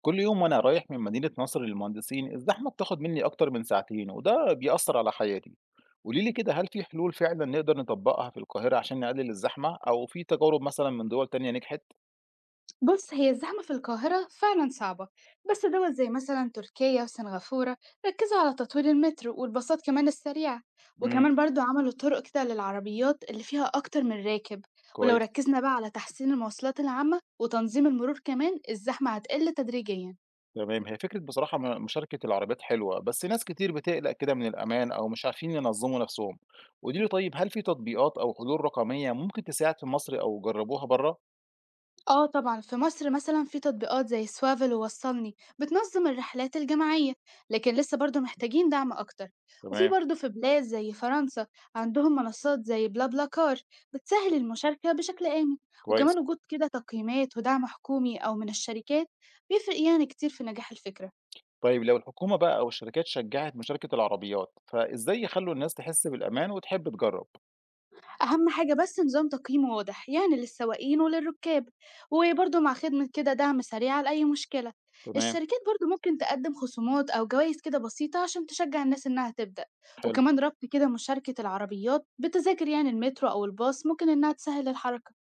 كل يوم وأنا رايح من مدينة نصر للمهندسين الزحمة بتاخد مني أكتر من ساعتين وده بيأثر على حياتي. قولي لي كده، هل في حلول فعلا نقدر نطبقها في القاهرة عشان نقلل الزحمة، أو في تجارب مثلا من دول تانية نجحت؟ بص، هي الزحمة في القاهرة فعلا صعبة. بس دول زي مثلا تركيا وسنغافورة ركزوا على تطوير المترو والباصات كمان السريعة. امم وكمان برضو عملوا طرق كده للعربيات اللي فيها أكتر من راكب. ولو كويس. ركزنا بقى على تحسين المواصلات العامة وتنظيم المرور كمان الزحمة هتقل تدريجيا. تمام، هي فكرة بصراحة مشاركة العربيات حلوة، بس ناس كتير بتقلق كده من الأمان أو مش عارفين ينظموا نفسهم. قولي لي طيب، هل في تطبيقات أو حلول رقمية ممكن تساعد في مصر أو جربوها بره؟ آه طبعًا، في مصر مثلًا في تطبيقات زي سوافل ووصّلني بتنظم الرحلات الجماعية، لكن لسه برضه محتاجين دعم أكتر. وفي تمام. برضه في بلاد زي فرنسا عندهم منصات زي بلا بلا كار بتسهّل المشاركة بشكل آمن، كويس. وكمان وجود كده تقييمات ودعم حكومي أو من الشركات بيفرق يعني كتير في نجاح الفكرة. طيب لو الحكومة بقى أو الشركات شجّعت مشاركة العربيات، فإزاي يخلّوا الناس تحس بالأمان وتحب تجرّب؟ أهم حاجة بس نظام تقييم واضح يعني للسواقين وللركاب، وبرضه مع خدمة كده دعم سريع لأي مشكلة. تمام، الشركات برضه ممكن تقدم خصومات أو جوائز كده بسيطة عشان تشجع الناس إنها تبدأ. حلو. وكمان ربط كده مشاركة العربيات بتذاكر يعني المترو أو الباص ممكن إنها تسهل الحركة.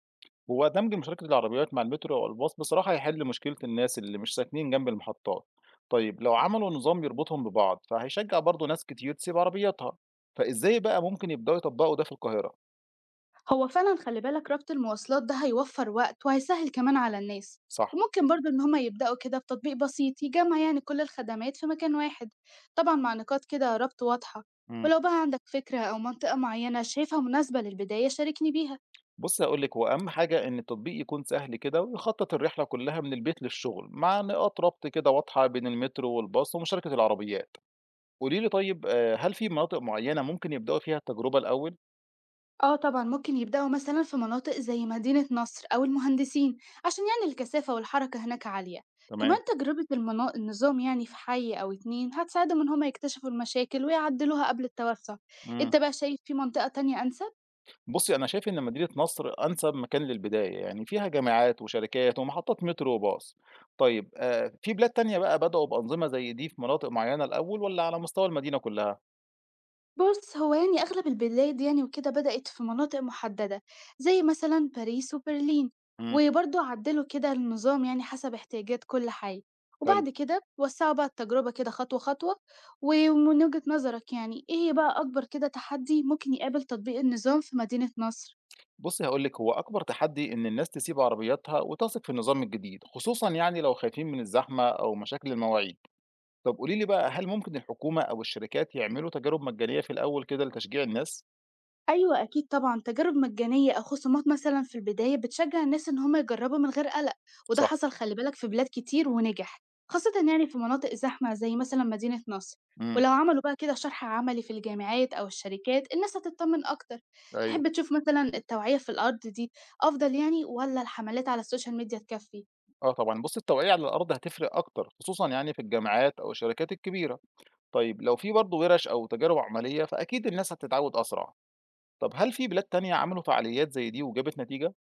هو دمج مشاركة العربيات مع المترو أو الباص بصراحة هيحل مشكلة الناس اللي مش ساكنين جنب المحطات. طيب لو عملوا نظام يربطهم ببعض، فهيشجّع برضه ناس كتير تسيب عربياتها، فإزاي بقى ممكن يبدأوا يطبّقوا ده في القاهرة؟ هو فعلا خلي بالك ربط المواصلات ده هيوفر وقت وهيسهل كمان على الناس. صح، وممكن برضو إن هما يبدأوا كده بتطبيق بسيط يجمع يعني كل الخدمات في مكان واحد، طبعا مع نقاط كده ربط واضحة. إمم. ولو بقى عندك فكرة أو منطقة معينة شايفها مناسبة للبداية شاركني بيها. بُصّي هاقول لِك، هو أهم حاجة إن التطبيق يكون سهل كده ويخطط الرحلة كلّها من البيت للشغل، مع نقاط ربط كده واضحة بين المترو والباص ومشاركة العربيات. قولي لي طيب، هل في مناطق معيّنة ممكن يبدؤوا فيها التجربة الأول؟ آه طبعًا، ممكن يبدأوا مثلًا في مناطق زي مدينة نصر أو المهندسين، عشان يعني الكثافة والحركة هناك عالية. كمان تمام، تجربة النظام يعني في حي أو 2 هتساعدهم إن هم يكتشفوا المشاكل ويعدلوها قبل التوسع. إمم، أنت بقى شايف في منطقة تانية أنسب؟ بُصّي أنا شايف إن مدينة نصر أنسب مكان للبداية، يعني فيها جامعات وشركات ومحطات مترو وباص. طيب، في بلاد تانية بقى بدؤوا بأنظمة زي دي في مناطق معيّنة الأول والّا على مستوى المدينة كلّها؟ بُص، هو يعني أغلب البلاد يعني وكده بدأت في مناطق محددة، زي مثلًا باريس وبرلين، إمم، وبرضه عدّلوا كده النظام يعني حسب احتياجات كل حي، حلو. وبعد كده وسّعوا بقى التجربة كده خطوة، خطوة. ومن وجهة نظرك يعني إيه بقى أكبر كده تحدي ممكن يقابل تطبيق النظام في مدينة نصر؟ بُصّي هاقول لِك، هو أكبر تحدي إن الناس تسيب عربياتها وتثق في النظام الجديد، خصوصًا يعني لو خايفين من الزحمة أو مشاكل المواعيد. طب قولي لي بقى، هل ممكن الحكومة أو الشركات يعملوا تجارب مجانية في الأول كده لتشجيع الناس؟ أيوه أكيد طبعًا، تجارب مجانية أو خصومات مثلًا في البداية بتشجّع الناس إن هم يجرّبوا من غير قلق، وده صح. حصل خلّي بالك في بلاد كتير ونجح، خاصةً يعني في مناطق زحمة زي مثلًا مدينة نصر. إمم، ولو عملوا بقى كده شرح عملي في الجامعات أو الشركات الناس هتتطمن أكتر. أيوه، تحب تشوف مثلًا التوعية في الأرض دي أفضل يعني والّا الحملات على السوشيال ميديا تكفّي؟ آه طبعًا، بُص التوعية على الأرض هتفرق أكتر، خصوصًا يعني في الجامعات أو الشركات الكبيرة، طيب لو في برضه وِرَش أو تجارب عملية فأكيد الناس هتتعود أسرع. طب هل في بلاد تانية عملوا فعاليات زي دي وجابت نتيجة؟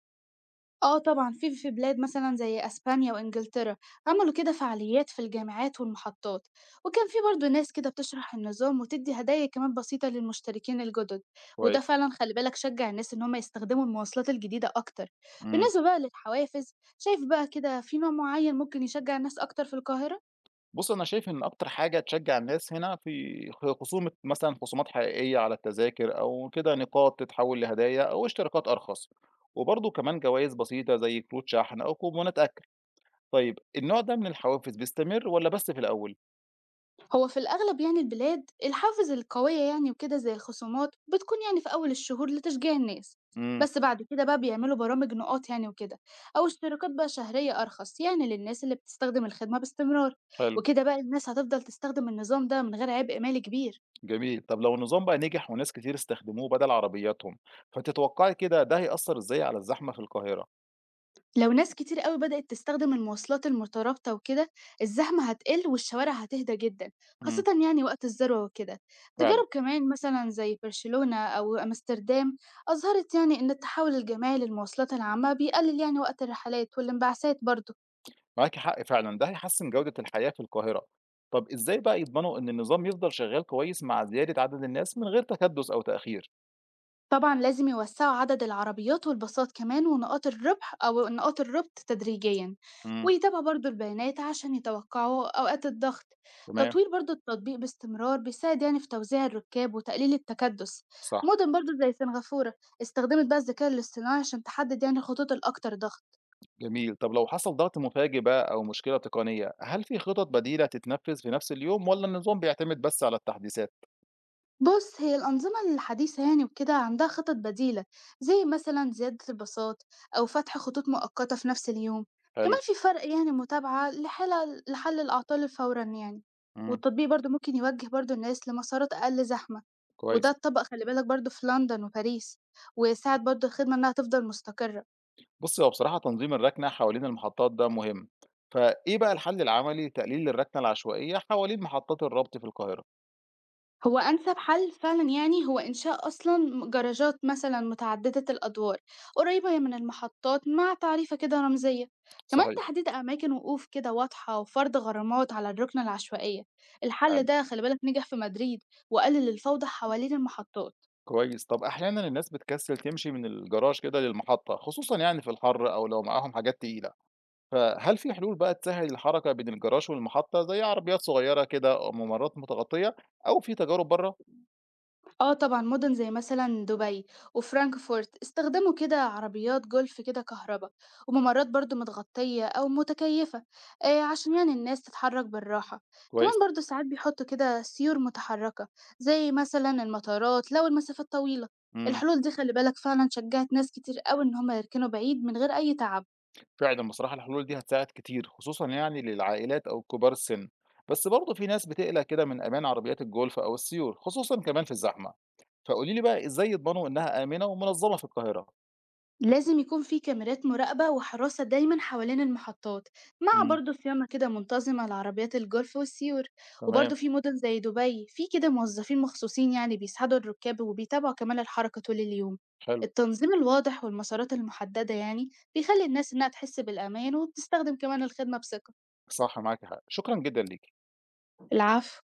آه طبعًا، في بلاد مثلًا زي أسبانيا وإنجلترا عملوا كده فعاليات في الجامعات والمحطات، وكان في برضه ناس كده بتشرح النظام وتدّي هدايا كمان بسيطة للمشتركين الجدد، وده كويس. فعلًا خلّي بالك شجّع الناس إن هم يستخدموا المواصلات الجديدة أكتر. إمم، بالنسبة بقى للحوافز، شايف بقى كده في نوع معين ممكن يشجّع الناس أكتر في القاهرة؟ بُص أنا شايف إن أكتر حاجة تشجّع الناس هنا في خصومة مثلًا، خصومات حقيقية على التذاكر أو كده نقاط تتحول لهدايا أو اشتراكات أرخص، وبرضه كمان جوايز بسيطة زي كروت شحن أو كوبونات أكل. طيب النوع ده من الحوافز بيستمر والّا بس في الأول؟ هو في الأغلب يعني البلاد الحوافز القوية يعني وكده زي الخصومات بتكون يعني في أول الشهور لتشجيع الناس، إمم، بس بعد كده بقى بيعملوا برامج نقاط يعني وكده، أو اشتراكات بقى شهرية أرخص يعني للناس اللي بتستخدم الخدمة باستمرار. حلو. وكده بقى الناس هتفضل تستخدم النظام ده من غير عبء مالي كبير. جميل، طب لو النظام بقى نجح وناس كتير استخدموه بدل عربياتهم، فتتوقعي كده ده هيأثر إزاي على الزحمة في القاهرة؟ لو ناس كتير قوي بدأت تستخدم المواصلات المترابطة وكده الزحمة هتقل والشوارع هتهدى جدا، مم. خاصة يعني وقت الذروة وكده. فعلًا، تجارب كمان مثلا زي برشلونة أو أمستردام أظهرت يعني إن التحول الجماعي للمواصلات العامة بيقلل يعني وقت الرحلات والانبعاثات برضه. معاكِ حق فعلًا، ده هيحسن جودة الحياة في القاهرة. طب إزاي بقى يضمنوا إن النظام يفضل شغال كويس مع زيادة عدد الناس من غير تكدس أو تأخير؟ طبعًا لازم يوسّعوا عدد العربيات والباصات كمان ونقاط الربح أو نقاط الربط تدريجيًا، مم. ويتابعوا برضه البيانات عشان يتوقعوا أوقات الضغط. تمام، تطوير برضه التطبيق باستمرار بيساعد يعني في توزيع الركاب وتقليل التكدس. صح، مدن برضه زي سنغافورة استخدمت بقى الذكاء الاصطناعي عشان تحدد يعني الخطوط الأكتر ضغط. جميل. طب لو حصل ضغط مفاجئ بقى أو مشكلة تقنية، هل في خطط بديلة تتنفذ في نفس اليوم ولا النظام بيعتمد بس على التحديثات؟ بُص، هي الأنظمة الحديثة يعني وكده عندها خطط بديلة، زي مثلًا زيادة الباصات أو فتح خطوط مؤقتة في نفس اليوم، حلو، كمان في فرق يعني متابعة لحل الأعطال فورًا يعني. مم. والتطبيق برضه ممكن يوجه برضه الناس لمسارات أقل زحمة، وده كويس. اتطبق خلي بالك برضه في لندن وباريس، وساعد برضه الخدمة إنها تفضل مستقرة. بُصّي، هو بصراحة تنظيم الركنة حوالين المحطات ده مهم، فإيه بقى الحل العملي لتقليل الركنة العشوائية حوالين محطات الربط في القاهرة؟ هو أنسب حل فعلًا يعني هو إنشاء أصلًا جراجات مثلًا متعددة الأدوار قريبة من المحطات مع تعريفة كده رمزية، كمان صحيح، تحديد أماكن وقوف كده واضحة وفرض غرامات على الركنة العشوائية. الحل فعلًا، ده خلي بالك نجح في مدريد وقلل الفوضى حوالين المحطات. كويس. طب أحيانًا الناس بتكسل تمشي من الجراج كده للمحطة، خصوصًا يعني في الحر أو لو معاهم حاجات تقيلة، فهل في حلول بقى تسهّل الحركة بين الجراج والمحطة زي عربيات صغيرة كده أو ممرات متغطية أو في تجارب برّه؟ آه طبعًا مُدن زي مثلًا دبي وفرانكفورت استخدموا كده عربيات جولف كده كهربا، وممرات برضه متغطية أو متكيفة، عشان يعني الناس تتحرك بالراحة. كمان كويس، برضه ساعات بيحطوا كده سيور متحركة زي مثلًا المطارات لو المسافات طويلة. إمم. الحلول دي خلّي بالك فعلًا شجّعت ناس كتير أوي إن هم يركنوا بعيد من غير أي تعب. فعلًا بصراحة الحلول دي هتساعد كتير، خصوصًا يعني للعائلات أو كبار السن، بس برضه في ناس بتقلق كده من أمان عربيات الجولف أو السيور، خصوصًا كمان في الزحمة، فقولي لي بقى إزاي يضمنوا إنها آمنة ومنظمة في القاهرة؟ لازم يكون في كاميرات مراقبة وحراسة دايما حوالين المحطات، مع إمم، برضه صيانة كده منتظمة لعربيات الجولف والسيور. تمام، وبرضه في مدن زي دبي في كده موظفين مخصوصين يعني بيساعدوا الركاب وبيتابعوا كمان الحركة طول اليوم. حلو، التنظيم الواضح والمسارات المحددة يعني بيخلي الناس إنها تحس بالأمان وبتستخدم كمان الخدمة بثقة. صح معاكِ حق، شكرًا جدًا ليكِ. العفو.